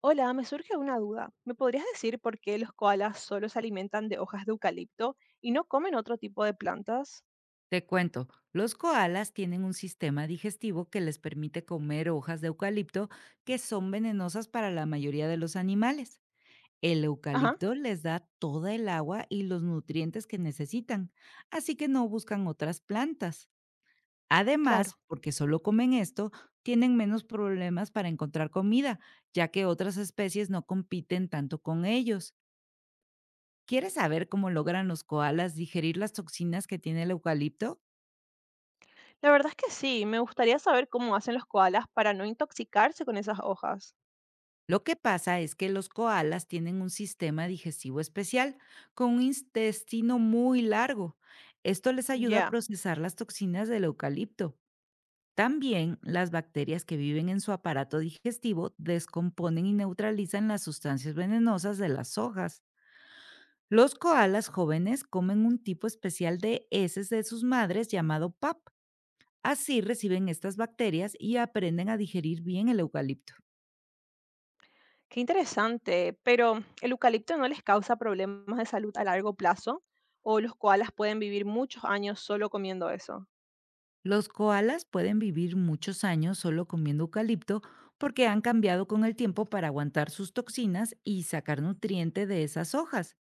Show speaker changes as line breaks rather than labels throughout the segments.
Hola, me surge una duda. ¿Me podrías decir por qué los koalas solo se alimentan de hojas de eucalipto y no comen otro tipo de plantas?
Te cuento, los koalas tienen un sistema digestivo que les permite comer hojas de eucalipto que son venenosas para la mayoría de los animales. El
Ajá,
eucalipto les da toda el agua y los nutrientes que necesitan, así que no buscan otras plantas. Además,
claro.
porque solo comen esto, tienen menos problemas para encontrar comida, ya que otras especies no compiten tanto con ellos. ¿Quieres saber cómo logran los koalas digerir las toxinas que tiene el eucalipto?
La verdad es que sí, me gustaría saber cómo hacen los koalas para no intoxicarse con esas hojas.
Lo que pasa es que los koalas tienen un sistema digestivo especial, con un intestino muy largo. Esto les ayuda a
Ya,
procesar las toxinas del eucalipto. También las bacterias que viven en su aparato digestivo descomponen y neutralizan las sustancias venenosas de las hojas. Los koalas jóvenes comen un tipo especial de heces de sus madres llamado PAP. Así reciben estas bacterias y aprenden a digerir bien el eucalipto.
qué interesante. Pero, ¿el eucalipto no les causa problemas de salud a largo plazo? ¿O los koalas pueden vivir muchos años solo comiendo eso?
Los koalas pueden vivir muchos años solo comiendo eucalipto porque han cambiado con el tiempo para aguantar sus toxinas y sacar nutrientes de esas hojas.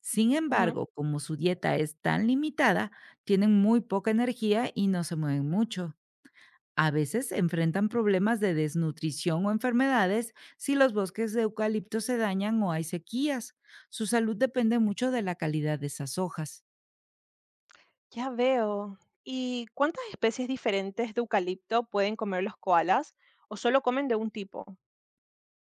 Sin
Ujú.
embargo, como su dieta es tan limitada, tienen muy poca energía y no se mueven mucho. A veces enfrentan problemas de desnutrición o enfermedades si los bosques de eucalipto se dañan o hay sequías. Su salud depende mucho de la calidad de esas hojas.
Ya veo. ¿Y cuántas especies diferentes de eucalipto pueden comer los koalas? ¿O solo comen de un tipo?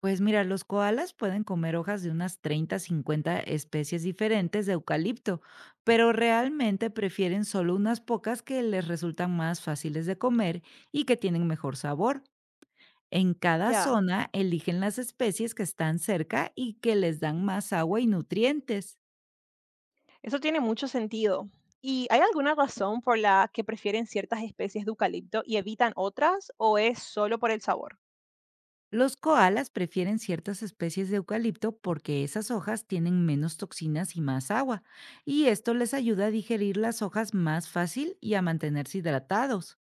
Pues mira, los koalas pueden comer hojas de unas 30 a 50 especies diferentes de eucalipto, pero realmente prefieren solo unas pocas que les resultan más fáciles de comer y que tienen mejor sabor. En cada
Ya,
zona eligen las especies que están cerca y que les dan más agua y nutrientes.
eso tiene mucho sentido. ¿Y hay alguna razón por la que prefieren ciertas especies de eucalipto y evitan otras, o es solo por el sabor?
Los koalas prefieren ciertas especies de eucalipto porque esas hojas tienen menos toxinas y más agua, y esto les ayuda a digerir las hojas más fácil y a mantenerse hidratados.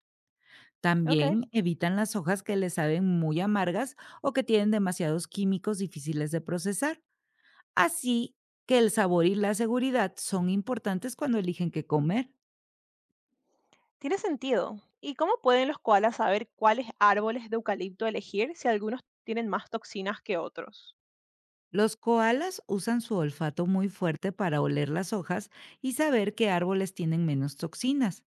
Ok,
También evitan las hojas que les saben muy amargas o que tienen demasiados químicos difíciles de procesar. Así que el sabor y la seguridad son importantes cuando eligen qué comer.
tiene sentido. ¿Y cómo pueden los koalas saber cuáles árboles de eucalipto elegir si algunos tienen más toxinas que otros?
Los koalas usan su olfato muy fuerte para oler las hojas y saber qué árboles tienen menos toxinas.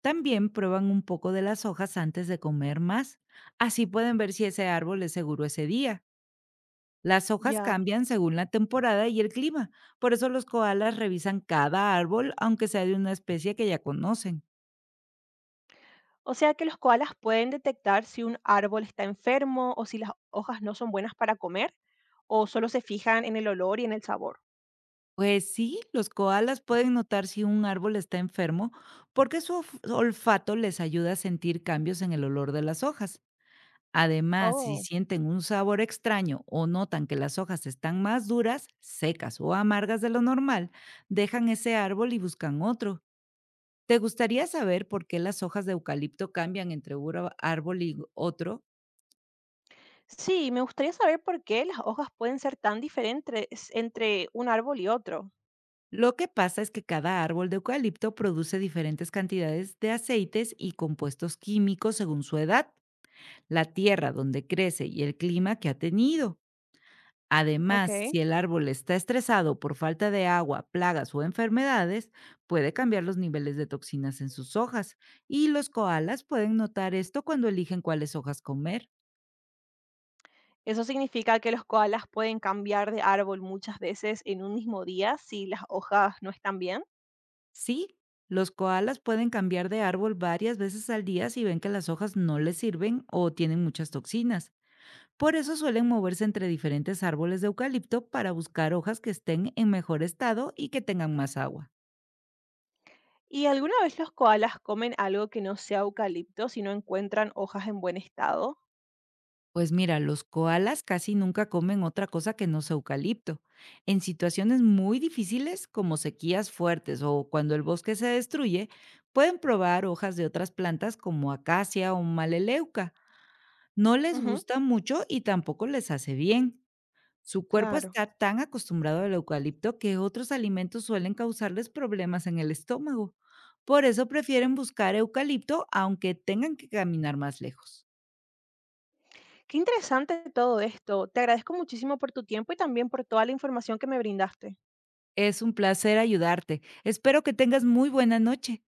También prueban un poco de las hojas antes de comer más. Así pueden ver si ese árbol es seguro ese día. Las hojas
Ya.
cambian según la temporada y el clima, por eso los koalas revisan cada árbol, aunque sea de una especie que ya conocen.
O sea que los koalas pueden detectar si un árbol está enfermo o si las hojas no son buenas para comer, o solo se fijan en el olor y en el sabor.
Pues sí, los koalas pueden notar si un árbol está enfermo porque su olfato les ayuda a sentir cambios en el olor de las hojas. Además, si
Oh.
sienten un sabor extraño o notan que las hojas están más duras, secas o amargas de lo normal, dejan ese árbol y buscan otro. ¿Te gustaría saber por qué las hojas de eucalipto cambian entre un árbol y otro?
Sí, me gustaría saber por qué las hojas pueden ser tan diferentes entre un árbol y otro.
Lo que pasa es que cada árbol de eucalipto produce diferentes cantidades de aceites y compuestos químicos según su edad, la tierra donde crece y el clima que ha tenido.
Ok.
Además, si el árbol está estresado por falta de agua, plagas o enfermedades, puede cambiar los niveles de toxinas en sus hojas. Y los koalas pueden notar esto cuando eligen cuáles hojas comer.
Eso significa que los koalas pueden cambiar de árbol muchas veces en un mismo día si las hojas no están bien.
Sí, los koalas pueden cambiar de árbol varias veces al día si ven que las hojas no les sirven o tienen muchas toxinas. Por eso suelen moverse entre diferentes árboles de eucalipto para buscar hojas que estén en mejor estado y que tengan más agua.
¿Y alguna vez los koalas comen algo que no sea eucalipto si no encuentran hojas en buen estado?
Pues mira, los koalas casi nunca comen otra cosa que no sea eucalipto. En situaciones muy difíciles, como sequías fuertes o cuando el bosque se destruye, pueden probar hojas de otras plantas como acacia o maleleuca. No les
Ujú.
gusta mucho y tampoco les hace bien. Su cuerpo
Claro.
está tan acostumbrado al eucalipto que otros alimentos suelen causarles problemas en el estómago. Por eso prefieren buscar eucalipto aunque tengan que caminar más lejos.
Qué interesante todo esto. Te agradezco muchísimo por tu tiempo y también por toda la información que me brindaste.
Es un placer ayudarte. Espero que tengas muy buena noche.